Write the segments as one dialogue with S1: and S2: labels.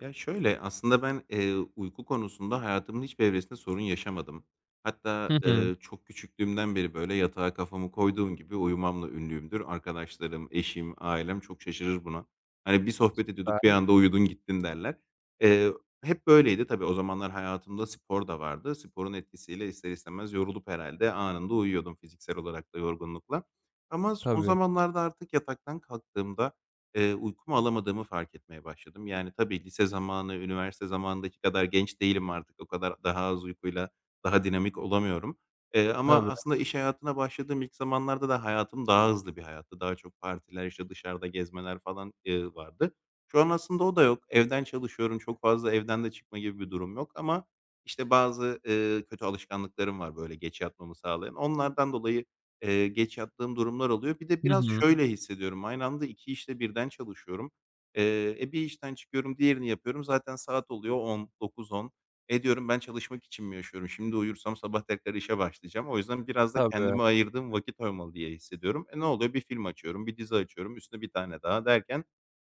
S1: Ya, şöyle, aslında ben, uyku konusunda hayatımın hiçbir evresinde sorun yaşamadım. Hatta,
S2: Hı hı.
S1: çok küçüklüğümden beri, böyle, yatağa kafamı koyduğum gibi uyumamla ünlüyümdür. Arkadaşlarım, eşim, ailem çok şaşırır buna. Hani, bir sohbet ediyorduk, bir
S2: Ver.
S1: anda uyudun gittin derler. Eee, hep böyleydi. Tabii o zamanlar hayatımda spor da vardı. Sporun etkisiyle ister istemez yorulup herhalde anında uyuyordum fiziksel olarak da yorgunlukla. Ama son
S2: Tabii,
S1: zamanlarda artık yataktan kalktığımda uykumu alamadığımı fark etmeye başladım. Yani, tabii lise zamanı, üniversite zamanındaki kadar genç değilim artık. O kadar daha az uykuyla daha dinamik olamıyorum. Ama
S2: tabii,
S1: aslında iş hayatına başladığım ilk zamanlarda da hayatım daha hızlı bir hayattı. Daha çok partiler, işte, dışarıda gezmeler falan, vardı. Şu an aslında o da yok. Evden çalışıyorum. Çok fazla evden de çıkma gibi bir durum yok ama, işte, bazı, kötü alışkanlıklarım var, böyle, geç yatmamı sağlayan. Onlardan dolayı geç yattığım durumlar oluyor. Bir de
S2: Hı
S1: biraz
S2: hı.
S1: şöyle hissediyorum, aynı anda 2 işte birden çalışıyorum. Bir işten çıkıyorum, diğerini yapıyorum. Zaten saat oluyor 10, 9-10. E, diyorum ben çalışmak için mi yaşıyorum? Şimdi uyursam sabah tekrar işe başlayacağım. O yüzden biraz da
S2: tabii.
S1: kendime ayırdığım vakit olmalı diye hissediyorum. E, ne oluyor? Bir film açıyorum, bir dizi açıyorum, üstüne bir tane daha derken,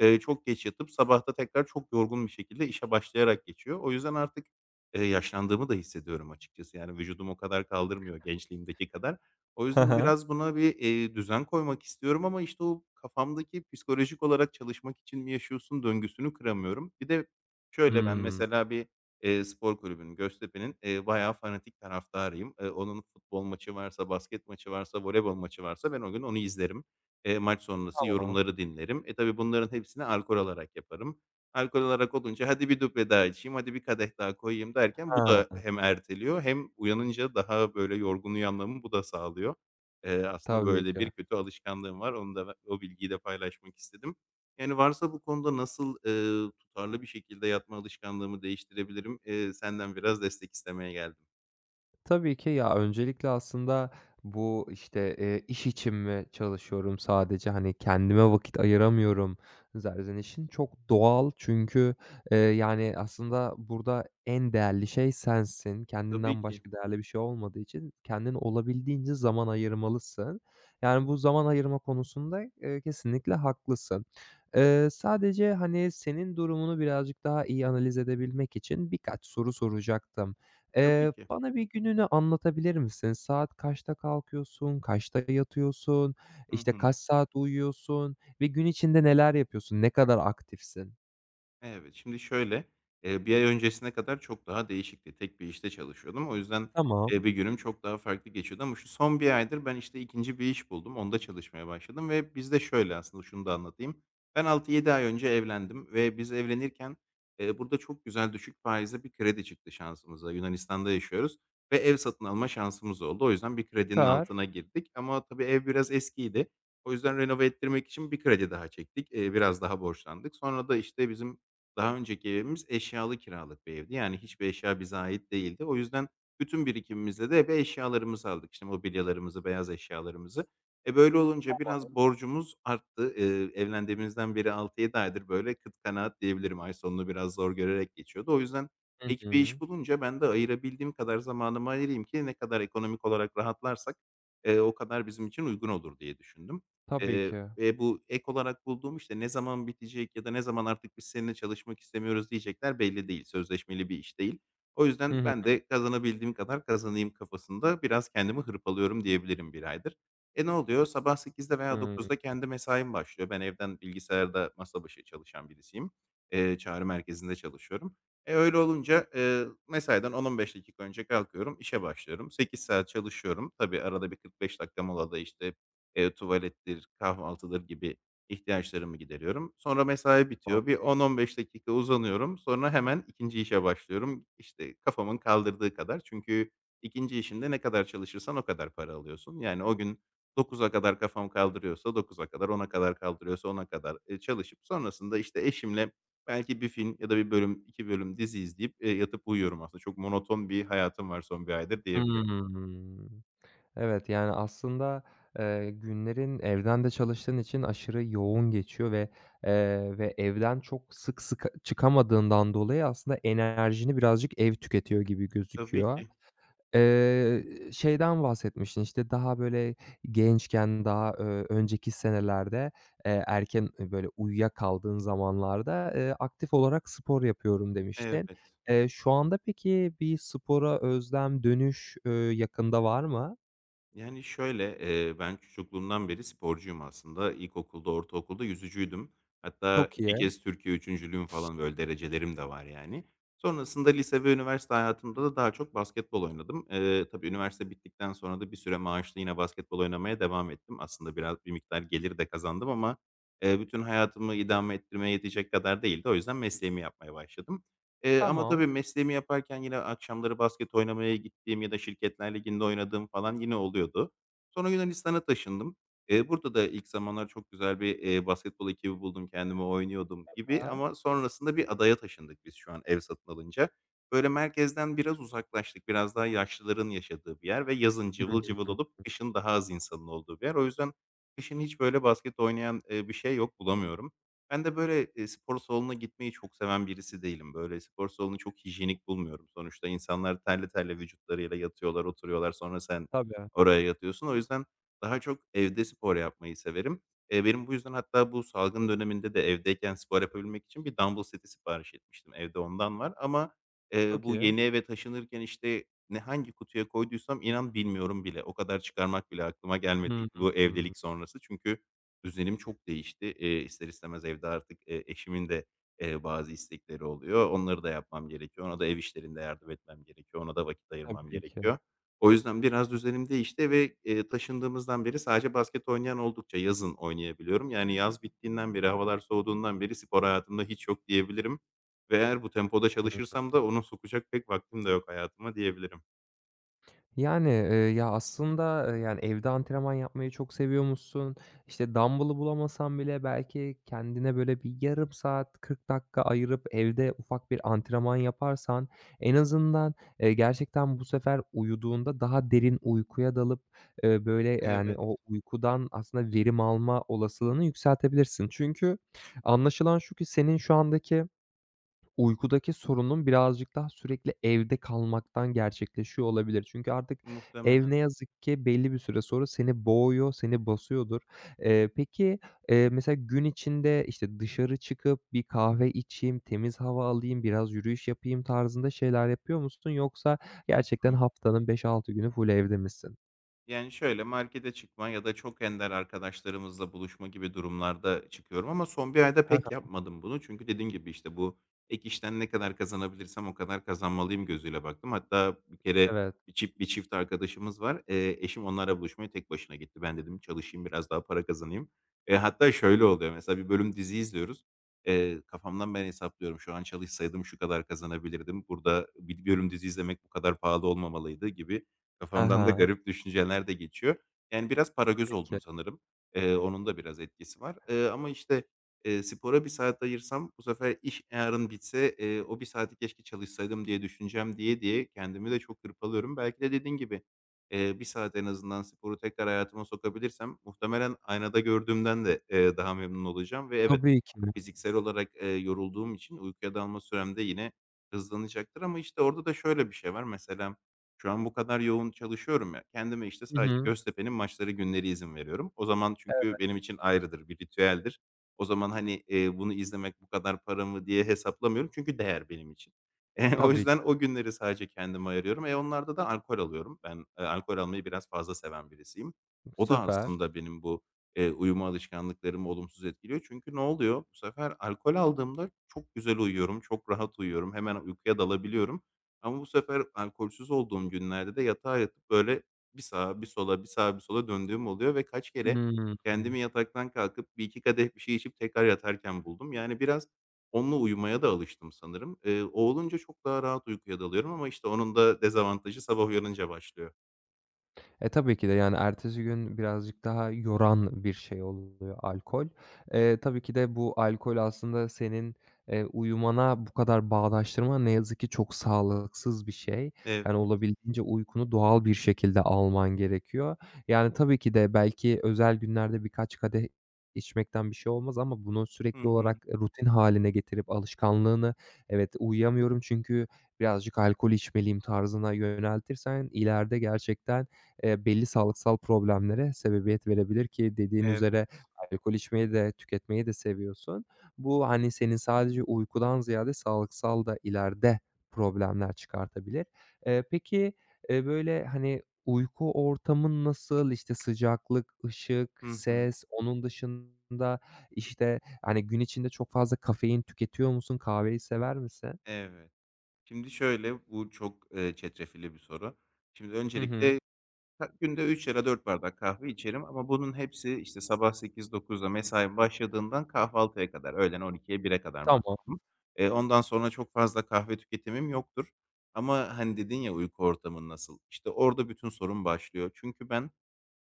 S1: çok geç yatıp sabahta tekrar çok yorgun bir şekilde işe başlayarak geçiyor. O yüzden artık, yaşlandığımı da hissediyorum açıkçası. Yani vücudum o kadar kaldırmıyor gençliğimdeki kadar. O
S2: Hı
S1: yüzden
S2: hı.
S1: biraz buna bir, düzen koymak istiyorum ama, işte, o kafamdaki psikolojik olarak çalışmak için mi yaşıyorsun döngüsünü kıramıyorum. Bir de şöyle, ben
S2: Hımm.
S1: mesela bir, spor kulübünün, Göztepe'nin, bayağı fanatik taraftarıyım. Onun futbol maçı varsa, basket maçı varsa, voleybol maçı varsa ben o gün onu izlerim. Maç sonrası
S2: Tamam.
S1: yorumları dinlerim. E, tabii bunların hepsini alkol alarak yaparım. Alkol olarak olunca hadi bir duble daha içeyim, hadi bir kadeh daha koyayım derken bu da
S2: He,
S1: hem erteliyor hem uyanınca daha böyle yorgun uyanmamı bu da sağlıyor. Aslında
S2: tabii
S1: böyle
S2: ki.
S1: bir kötü alışkanlığım var. Onu da o bilgiyi de paylaşmak istedim. Yani varsa bu konuda nasıl, tutarlı bir şekilde yatma alışkanlığımı değiştirebilirim? Senden biraz destek istemeye geldim.
S2: Tabii ki. Ya, öncelikle aslında bu, iş için mi çalışıyorum sadece, hani, kendime vakit ayıramıyorum serzenişin çok doğal. Çünkü, yani, aslında burada en değerli şey sensin.
S1: Tabii
S2: Kendinden
S1: ki,
S2: başka değerli bir şey olmadığı için kendine olabildiğince zaman ayırmalısın. Yani, bu zaman ayırma konusunda, kesinlikle haklısın. Sadece, hani, senin durumunu birazcık daha iyi analiz edebilmek için birkaç soru soracaktım.
S1: tabii ki.
S2: Bana bir gününü anlatabilir misin? Saat kaçta kalkıyorsun? Kaçta yatıyorsun?
S1: Hı
S2: İşte,
S1: hı.
S2: kaç saat uyuyorsun ve gün içinde neler yapıyorsun? Ne kadar aktifsin?
S1: Evet, şimdi şöyle, 1 ay öncesine kadar çok daha değişikti. Tek bir işte çalışıyordum. O yüzden,
S2: Tamam,
S1: bir günüm çok daha farklı geçiyordu ama şu son bir aydır ben, işte, ikinci bir iş buldum. Onda çalışmaya başladım ve bizde şöyle aslında şunu da anlatayım. Ben altı yedi ay önce evlendim ve biz evlenirken, burada çok güzel düşük faizli bir kredi çıktı şansımıza. Yunanistan'da yaşıyoruz ve ev satın alma şansımız oldu. O yüzden bir kredinin
S2: süper.
S1: altına girdik ama tabii ev biraz eskiydi. O yüzden renove ettirmek için bir kredi daha çektik. Biraz daha borçlandık. Sonra da, işte, bizim daha önceki evimiz eşyalı kiralık bir evdi. Yani hiçbir eşya bize ait değildi. O yüzden bütün birikimimizle de eve eşyalarımızı aldık. İşte mobilyalarımızı, beyaz eşyalarımızı. E, böyle olunca biraz borcumuz arttı. Evlendiğimizden beri 6-7 aydır böyle kıt kanaat diyebilirim. Ay sonunu biraz zor görerek geçiyordu. O yüzden
S2: Hı
S1: ek bir
S2: hı.
S1: iş bulunca ben de ayırabildiğim kadar zamanımı ayırayım ki ne kadar ekonomik olarak rahatlarsak, o kadar bizim için uygun olur diye düşündüm.
S2: Tabii
S1: Eee
S2: ki.
S1: Bu ek olarak bulduğum, işte, ne zaman bitecek ya da ne zaman artık biz seninle çalışmak istemiyoruz diyecekler belli değil. Sözleşmeli bir iş değil. O
S2: Hı
S1: yüzden
S2: hı.
S1: ben de kazanabildiğim kadar kazanayım kafasında biraz kendimi hırpalıyorum diyebilirim bir aydır. E, ne oluyor? Sabah 8'de veya
S2: Hıı.
S1: 9'da kendi mesaim başlıyor. Ben evden bilgisayarda masa başı çalışan birisiyim. Çağrı merkezinde çalışıyorum. E, öyle olunca, mesaiden 10-15 dakika önce kalkıyorum, işe başlıyorum. 8 saat çalışıyorum. Tabii arada bir 45 dakika molada, işte, tuvalettir, kahvaltıdır gibi ihtiyaçlarımı gideriyorum. Sonra mesai bitiyor. Bir 10-15 dakika uzanıyorum. Sonra hemen ikinci işe başlıyorum. İşte, kafamın kaldırdığı kadar. Çünkü ikinci işinde ne kadar çalışırsan o kadar para alıyorsun. Yani o gün 9'a kadar kafam kaldırıyorsa 9'a kadar, ona kadar kaldırıyorsa ona kadar, çalışıp sonrasında, işte, eşimle belki bir film ya da bir bölüm, 2 bölüm dizi izleyip, yatıp uyuyorum aslında. Çok monoton bir hayatım var son bir aydır diyebilirim.
S2: Hımm. Evet, yani, aslında, günlerin evden de çalıştığın için aşırı yoğun geçiyor ve, ve evden çok sık sık çıkamadığından dolayı aslında enerjini birazcık ev tüketiyor gibi
S1: Tabii
S2: gözüküyor.
S1: ki.
S2: Eee, Şeyden bahsetmiştin, işte, daha, böyle, gençken, daha, önceki senelerde, erken, böyle, uyuyakaldığın zamanlarda, aktif olarak spor yapıyorum demiştin.
S1: Evet.
S2: Şu anda peki bir spora özlem, dönüş, yakında var mı?
S1: Yani, şöyle, ben çocukluğumdan beri sporcuyum aslında. İlkokulda, ortaokulda yüzücüydüm. Hatta
S2: Çok
S1: 2
S2: iyi.
S1: kez Türkiye 3'üncülüğüm falan, böyle, derecelerim de var, yani. Sonrasında lise ve üniversite hayatımda da daha çok basketbol oynadım. Tabii üniversite bittikten sonra da bir süre maaşlı yine basketbol oynamaya devam ettim. Aslında biraz bir miktar gelir de kazandım ama, bütün hayatımı idame ettirmeye yetecek kadar değildi. O yüzden mesleğimi yapmaya başladım. Ama
S2: Tamam,
S1: tabii mesleğimi yaparken yine akşamları basket oynamaya gittiğim ya da Şirketler Ligi'nde oynadığım falan yine oluyordu. Sonra Yunanistan'a taşındım. Burada da ilk zamanlar çok güzel bir, basketbol ekibi buldum kendime, oynuyordum gibi
S2: süper.
S1: ama sonrasında bir adaya taşındık biz şu an ev satın alınca. Böyle merkezden biraz uzaklaştık. Biraz daha yaşlıların yaşadığı bir yer ve yazın
S2: Hı
S1: cıvıl cıvıl
S2: hı.
S1: olup kışın daha az insanın olduğu bir yer. O yüzden kışın hiç böyle basket oynayan, bir şey yok, bulamıyorum. Ben de böyle, spor salonuna gitmeyi çok seven birisi değilim. Böyle, spor salonunu çok hijyenik bulmuyorum. Sonuçta insanlar terle terle vücutlarıyla yatıyorlar, oturuyorlar. Sonra sen
S2: Tabii.
S1: oraya yatıyorsun. O yüzden daha çok evde spor yapmayı severim. Benim bu yüzden hatta bu salgın döneminde de evdeyken spor yapabilmek için bir dumbbell seti sipariş etmiştim. Evde ondan var ama,
S2: Çok
S1: bu
S2: iyi.
S1: yeni eve taşınırken, işte, ne hangi kutuya koyduysam inan bilmiyorum bile. O kadar çıkarmak bile aklıma gelmedi
S2: Hı
S1: bu
S2: hı.
S1: evlilik sonrası. Çünkü düzenim çok değişti. İster istemez evde artık, eşimin de, bazı istekleri oluyor. Onları da yapmam gerekiyor. Ona da ev işlerinde yardım etmem gerekiyor. Ona da vakit ayırmam
S2: Tabii ki.
S1: gerekiyor. O yüzden biraz düzenim değişti ve, taşındığımızdan beri sadece basket oynayan oldukça yazın oynayabiliyorum. Yani yaz bittiğinden beri, havalar soğuduğundan beri spor hayatımda hiç yok diyebilirim ve eğer bu tempoda
S2: Hı
S1: çalışırsam da onu sokacak pek vaktim de yok hayatıma diyebilirim.
S2: Yani, ya, aslında, yani, evde antrenman yapmayı çok seviyormuşsun. İşte, dumbbell'ı bulamasan bile belki kendine böyle bir yarım saat, 40 dakika ayırıp evde ufak bir antrenman yaparsan en azından, gerçekten bu sefer uyuduğunda daha derin uykuya dalıp, böyle, yani,
S1: Evet,
S2: o uykudan aslında verim alma olasılığını yükseltebilirsin. Çünkü anlaşılan şu ki senin şu andaki uykudaki sorunun birazcık daha sürekli evde kalmaktan gerçekleşiyor olabilir. Çünkü artık ev
S1: muhtemelen.
S2: ne yazık ki belli bir süre sonra seni boğuyor, seni basıyordur. Peki, mesela gün içinde, işte, dışarı çıkıp bir kahve içeyim, temiz hava alayım, biraz yürüyüş yapayım tarzında şeyler yapıyor musun? Yoksa
S1: Hı
S2: gerçekten
S1: hı.
S2: haftanın beş altı günü full evde misin?
S1: Yani, şöyle, markete çıkma ya da çok ender arkadaşlarımızla buluşma gibi durumlarda çıkıyorum ama son bir ayda
S2: Hı hı,
S1: pek yapmadım bunu. Çünkü dediğin gibi, işte, bu ek işten ne kadar kazanabilirsem o kadar kazanmalıyım gözüyle baktım. Hatta bir kere
S2: evet.
S1: bir çift arkadaşımız var. Eşim onlara buluşmaya tek başına gitti. Ben dedim çalışayım, biraz daha para kazanayım. Hatta şöyle oluyor, mesela bir bölüm dizi izliyoruz. Kafamdan ben hesaplıyorum. Şu an çalışsaydım şu kadar kazanabilirdim. Burada bir bölüm dizi izlemek bu kadar pahalı olmamalıydı gibi.
S2: Hı
S1: Kafamdan da
S2: hı.
S1: garip düşünceler de geçiyor. Yani, biraz paragöz
S2: Tabii ki.
S1: oldum sanırım. Onun da biraz etkisi var. Ama, işte, spora bir saat ayırsam bu sefer iş yarın bitse, o bir saati keşke çalışsaydım diye düşüneceğim diye diye kendimi de çok hırpalıyorum. Belki de dediğin gibi, 1 saat en azından sporu tekrar hayatıma sokabilirsem muhtemelen aynada gördüğümden de, daha memnun olacağım ve evet,
S2: Tabii ki.
S1: fiziksel olarak, yorulduğum için uykuya dalma süremde yine hızlanacaktır ama, işte, orada da şöyle bir şey var. Mesela şu an bu kadar yoğun çalışıyorum ya, kendime, işte,
S2: Hı
S1: sadece
S2: hı.
S1: Göztepe'nin maçları günleri izin veriyorum. O zaman çünkü
S2: Evet,
S1: benim için ayrıdır, bir ritüeldir. O zaman, hani, bunu izlemek bu kadar para mı diye hesaplamıyorum çünkü değer benim için. O
S2: tabii ki.
S1: yüzden o günleri sadece kendime ayırıyorum. E, onlarda da alkol alıyorum. Ben, alkol almayı biraz fazla seven birisiyim. O da
S2: Süper.
S1: aslında benim bu uyuma alışkanlıklarımı olumsuz etkiliyor. Çünkü ne oluyor? Bu sefer alkol aldığımda çok güzel uyuyorum, çok rahat uyuyorum, hemen uykuya dalabiliyorum. Ama bu sefer alkolsüz olduğum günlerde de yatağa yatıp böyle bir sağa, bir sola, bir sağa, bir sola döndüğüm oluyor ve kaç kere
S2: Hımm.
S1: kendimi yataktan kalkıp bir iki kadeh bir şey içip tekrar yatarken buldum. Yani biraz onunla uyumaya da alıştım sanırım. O olunca çok daha rahat uykuya dalıyorum ama işte onun da dezavantajı sabah uyanınca başlıyor.
S2: E, tabii ki de, yani, ertesi gün birazcık daha yoran bir şey oluyor alkol. Tabii ki de bu alkol aslında senin, uyumana bu kadar bağdaştırman ne yazık ki çok sağlıksız bir şey.
S1: Evet.
S2: Yani, olabildiğince uykunu doğal bir şekilde alman gerekiyor. Yani, tabii ki de belki özel günlerde birkaç kadeh içmekten bir şey olmaz ama bunu
S1: Hı
S2: sürekli
S1: hı.
S2: olarak rutin haline getirip alışkanlığını, "Evet, uyuyamıyorum çünkü birazcık alkol içmeliyim." tarzına yöneltirsen ileride gerçekten belli sağlıksal problemlere sebebiyet verebilir ki dediğin
S1: Evet.
S2: üzere alkol içmeyi de tüketmeyi de seviyorsun. Bu, hani, senin sadece uykudan ziyade sağlıksal da ileride problemler çıkartabilir. Peki, böyle, hani, uyku ortamın nasıl? İşte, sıcaklık, ışık,
S1: Hı hı.
S2: ses, onun dışında, işte, hani, gün içinde çok fazla kafein tüketiyor musun? Kahveyi sever misin?
S1: Evet. Şimdi şöyle, bu çok, çetrefilli bir soru. Şimdi
S2: Hı hı.
S1: öncelikle günde 3 ya da 4 bardak kahve içerim ama bunun hepsi, işte, sabah sekiz dokuzda mesaim başladığından kahvaltıya kadar, öğlen on ikiye bir'e kadar
S2: Tamam,
S1: maksimum. Ondan sonra çok fazla kahve tüketimim yoktur ama, hani, dedin ya, uyku ortamın nasıl? İşte, orada bütün sorun başlıyor. Çünkü ben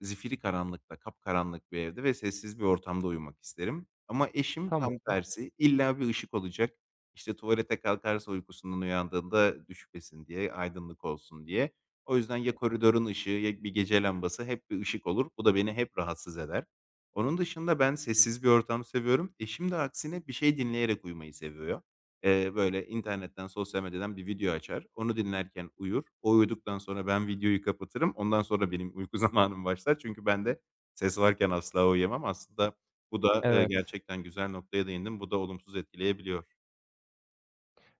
S1: zifiri karanlıkta, kapkaranlık bir evde ve sessiz bir ortamda uyumak isterim. Ama eşim tam
S2: tamam.
S1: tersi. İlla bir ışık olacak. İşte, tuvalete kalkarsa uykusundan uyandığında düşmesin diye, aydınlık olsun diye. O yüzden ya koridorun ışığı ya bir gece lambası hep bir ışık olur. Bu da beni hep rahatsız eder. Onun dışında ben sessiz bir ortam seviyorum. Eşim de aksine bir şey dinleyerek uyumayı seviyor. Böyle, internetten, sosyal medyadan bir video açar. Onu dinlerken uyur. O uyuduktan sonra ben videoyu kapatırım. Ondan sonra benim uyku zamanım başlar. Çünkü ben de ses varken asla uyuyamam. Aslında bu da,
S2: Evet.
S1: gerçekten güzel noktaya değindin. Bu da olumsuz etkileyebiliyor.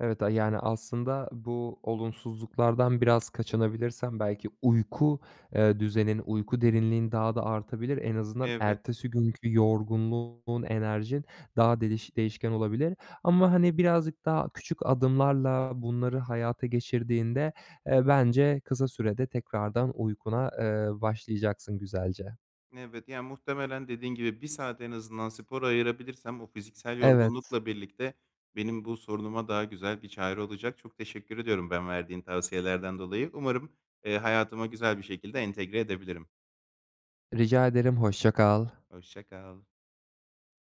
S2: Evet, a yani, aslında bu olumsuzluklardan biraz kaçınabilirsen belki uyku, düzenin, uyku derinliğin daha da artabilir. En azından
S1: Evet,
S2: ertesi günkü yorgunluğun, enerjin daha değiş değişken olabilir. Ama, hani, birazcık daha küçük adımlarla bunları hayata geçirdiğinde, bence kısa sürede tekrardan uykuna, başlayacaksın güzelce.
S1: evet. Yani, muhtemelen dediğin gibi bir saat en azından spora ayırabilirsem o fiziksel
S2: Evet,
S1: yorgunlukla birlikte benim bu sorunuma daha güzel bir çare olacak. Çok teşekkür ediyorum ben verdiğin tavsiyelerden dolayı. Umarım, hayatıma güzel bir şekilde entegre edebilirim.
S2: rica ederim, hoşça kal.
S1: Hoşça kal.